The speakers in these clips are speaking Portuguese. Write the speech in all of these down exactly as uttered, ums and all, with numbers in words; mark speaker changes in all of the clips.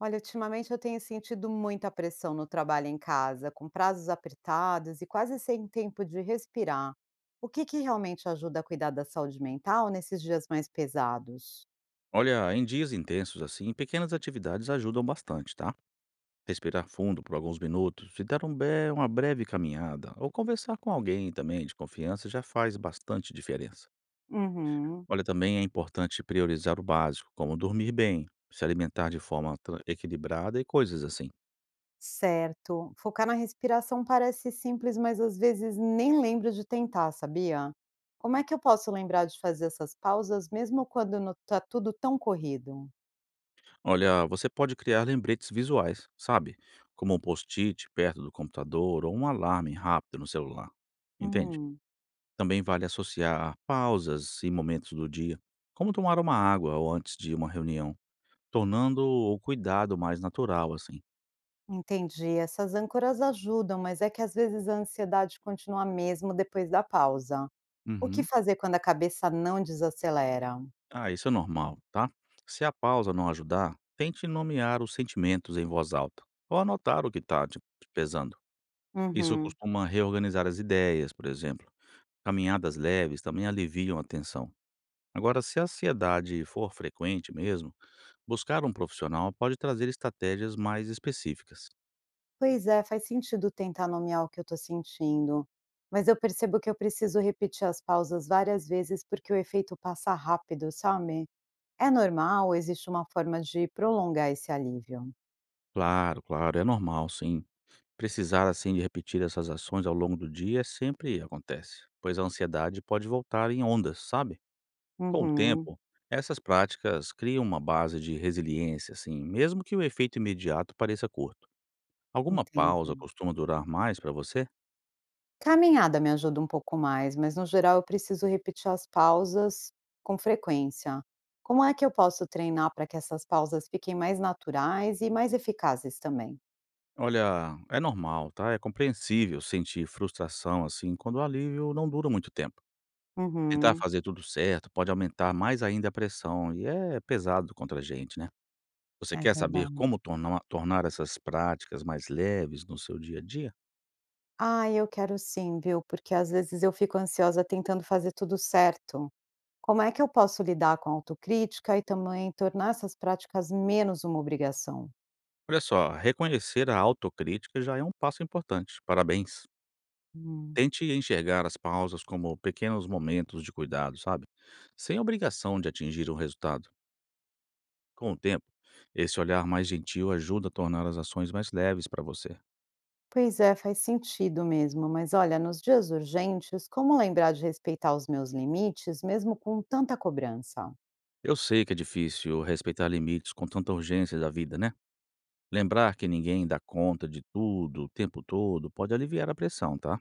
Speaker 1: Olha, ultimamente eu tenho sentido muita pressão no trabalho em casa, com prazos apertados e quase sem tempo de respirar. O que que realmente ajuda a cuidar da saúde mental nesses dias mais pesados?
Speaker 2: Olha, em dias intensos assim, pequenas atividades ajudam bastante, tá? Respirar fundo por alguns minutos e dar um be- uma breve caminhada ou conversar com alguém também de confiança já faz bastante diferença.
Speaker 1: Uhum,
Speaker 2: Olha, também é importante priorizar o básico, como dormir bem, se alimentar de forma tra- equilibrada e coisas assim.
Speaker 1: certo. Focar na respiração parece simples, mas às vezes nem lembro de tentar, sabia? Como é que eu posso lembrar de fazer essas pausas mesmo quando não tá tudo tão corrido?
Speaker 2: Olha, você pode criar lembretes visuais, sabe? Como um post-it perto do computador ou um alarme rápido no celular. Entende?
Speaker 1: Hum.
Speaker 2: Também vale associar pausas e momentos do dia, como tomar uma água ou antes de uma reunião, tornando o cuidado mais natural, assim.
Speaker 1: Entendi. Essas âncoras ajudam, mas é que às vezes a ansiedade continua mesmo depois da pausa. O que
Speaker 2: Uhum.
Speaker 1: fazer quando a cabeça não desacelera?
Speaker 2: Ah, isso é normal, tá? Se a pausa não ajudar, tente nomear os sentimentos em voz alta ou anotar o que está te pesando. Isso
Speaker 1: Uhum.
Speaker 2: costuma reorganizar as ideias, por exemplo. Caminhadas leves também aliviam a tensão. Agora, se a ansiedade for frequente mesmo, buscar um profissional pode trazer estratégias mais específicas.
Speaker 1: Pois é, faz sentido tentar nomear o que eu estou sentindo. Mas eu percebo que eu preciso repetir as pausas várias vezes porque o efeito passa rápido, sabe? É normal, existe uma forma de prolongar esse alívio.
Speaker 2: Claro, claro, é normal sim. Precisar assim de repetir essas ações ao longo do dia sempre acontece, pois a ansiedade pode voltar em ondas, sabe? Com o
Speaker 1: Uhum.
Speaker 2: tempo, essas práticas criam uma base de resiliência, assim, mesmo que o efeito imediato pareça curto. Alguma pausa
Speaker 1: Entendi.
Speaker 2: costuma durar mais para você?
Speaker 1: Caminhada me ajuda um pouco mais, mas no geral eu preciso repetir as pausas com frequência. Como é que eu posso treinar para que essas pausas fiquem mais naturais e mais eficazes também?
Speaker 2: Olha, é normal, tá? É compreensível sentir frustração assim quando o alívio não dura muito tempo. Tentar
Speaker 1: Uhum,
Speaker 2: fazer tudo certo pode aumentar mais ainda a pressão e é pesado contra a gente, né? Você
Speaker 1: é
Speaker 2: quer saber
Speaker 1: verdade.
Speaker 2: como tornar tornar essas práticas mais leves no seu dia a dia?
Speaker 1: Ah, eu quero sim, viu? Porque às vezes eu fico ansiosa tentando fazer tudo certo. Como é que eu posso lidar com a autocrítica e também tornar essas práticas menos uma obrigação?
Speaker 2: Olha só, reconhecer a autocrítica já é um passo importante. Parabéns.
Speaker 1: Hum.
Speaker 2: Tente enxergar as pausas como pequenos momentos de cuidado, sabe? Sem obrigação de atingir um resultado. Com o tempo, esse olhar mais gentil ajuda a tornar as ações mais leves para você.
Speaker 1: Pois é, faz sentido mesmo, mas olha, nos dias urgentes, como lembrar de respeitar os meus limites, mesmo com tanta cobrança?
Speaker 2: Eu sei que é difícil respeitar limites com tanta urgência da vida, né? Lembrar que ninguém dá conta de tudo o tempo todo pode aliviar a pressão, tá?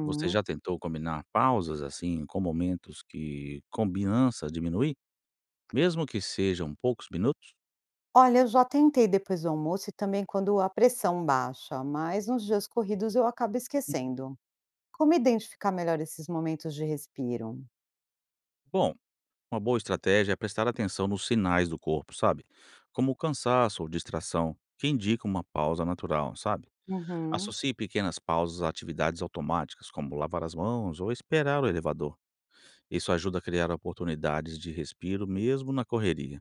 Speaker 2: Você já tentou combinar pausas, assim, com momentos que combinança diminuir, mesmo que sejam poucos minutos?
Speaker 1: Olha, eu já tentei depois do almoço e também quando a pressão baixa, mas nos dias corridos eu acabo esquecendo. Como identificar melhor esses momentos de respiro?
Speaker 2: Bom, uma boa estratégia é prestar atenção nos sinais do corpo, sabe? Como cansaço ou distração, que indicam uma pausa natural, sabe?
Speaker 1: Uhum.
Speaker 2: Associe pequenas pausas a atividades automáticas, como lavar as mãos ou esperar o elevador. Isso ajuda a criar oportunidades de respiro mesmo na correria.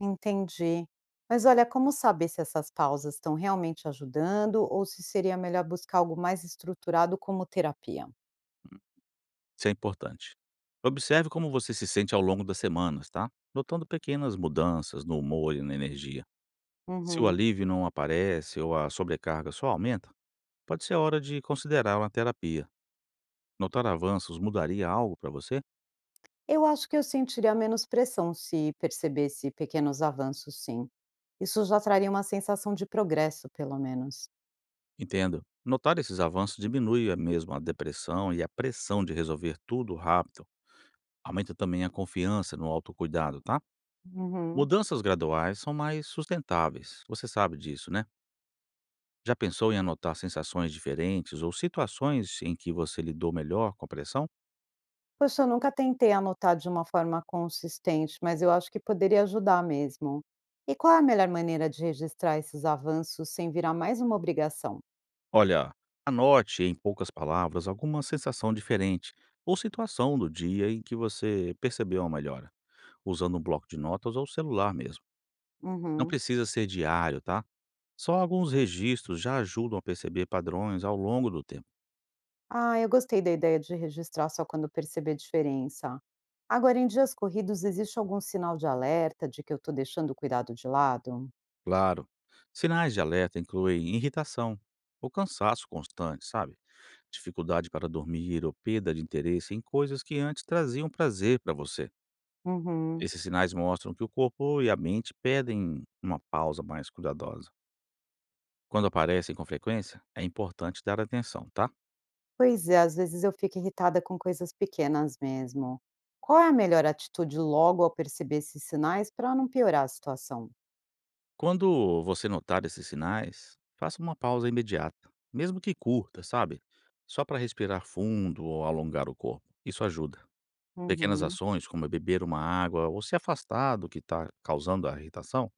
Speaker 1: Entendi. Mas olha, como saber se essas pausas estão realmente ajudando ou se seria melhor buscar algo mais estruturado como terapia?
Speaker 2: Isso é importante. Observe como você se sente ao longo das semanas, tá? Notando pequenas mudanças no humor e na energia. Se o
Speaker 1: Uhum.
Speaker 2: alívio não aparece ou a sobrecarga só aumenta, pode ser hora de considerar uma terapia. Notar avanços mudaria algo para você?
Speaker 1: Eu acho que eu sentiria menos pressão se percebesse pequenos avanços, sim. Isso já traria uma sensação de progresso, pelo menos.
Speaker 2: Entendo. Notar esses avanços diminui a- mesmo a depressão e a pressão de resolver tudo rápido. Aumenta também a confiança no autocuidado, tá?
Speaker 1: Uhum.
Speaker 2: Mudanças graduais são mais sustentáveis. Você sabe disso, né? Já pensou em anotar sensações diferentes ou situações em que você lidou melhor com a pressão?
Speaker 1: Poxa, eu nunca tentei anotar de uma forma consistente, mas eu acho que poderia ajudar mesmo. E qual é a melhor maneira de registrar esses avanços sem virar mais uma obrigação?
Speaker 2: Olha, anote em poucas palavras alguma sensação diferente ou situação do dia em que você percebeu uma melhora, usando um bloco de notas ou celular mesmo. Não
Speaker 1: Uhum.
Speaker 2: precisa ser diário, tá? Só alguns registros já ajudam a perceber padrões ao longo do tempo.
Speaker 1: Ah, eu gostei da ideia de registrar só quando perceber diferença. Agora, em dias corridos, existe algum sinal de alerta de que eu estou deixando o cuidado de lado?
Speaker 2: Claro, sinais de alerta incluem irritação ou cansaço constante, sabe? Dificuldade para dormir ou perda de interesse em coisas que antes traziam prazer para você.
Speaker 1: Uhum.
Speaker 2: Esses sinais mostram que o corpo e a mente pedem uma pausa mais cuidadosa. Quando aparecem com frequência, é importante dar atenção, tá?
Speaker 1: Pois é, às vezes eu fico irritada com coisas pequenas mesmo. Qual é a melhor atitude logo ao perceber esses sinais para não piorar a situação?
Speaker 2: Quando você notar esses sinais, faça uma pausa imediata, mesmo que curta, sabe? Só para respirar fundo ou alongar o corpo. Isso ajuda. Pequenas
Speaker 1: Uhum.
Speaker 2: ações, como beber uma água ou se afastar do que está causando a irritação,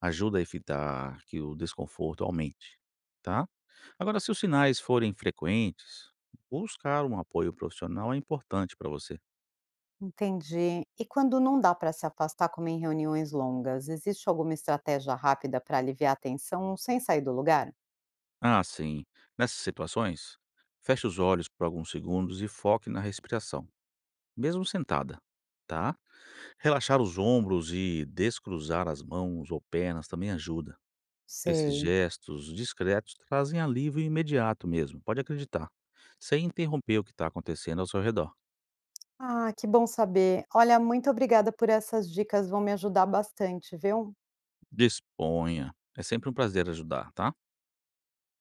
Speaker 2: ajuda a evitar que o desconforto aumente, tá? Agora, se os sinais forem frequentes, buscar um apoio profissional é importante para você.
Speaker 1: Entendi. E quando não dá para se afastar, como em reuniões longas, existe alguma estratégia rápida para aliviar a tensão sem sair do lugar?
Speaker 2: Ah, sim. Nessas situações, feche os olhos por alguns segundos e foque na respiração, mesmo sentada, tá? Relaxar os ombros e descruzar as mãos ou pernas também ajuda. Esses
Speaker 1: Sei.
Speaker 2: gestos discretos trazem alívio imediato mesmo, pode acreditar, sem interromper o que está acontecendo ao seu redor.
Speaker 1: Ah, que bom saber. Olha, muito obrigada por essas dicas, vão me ajudar bastante, viu?
Speaker 2: Disponha. É sempre um prazer ajudar, tá?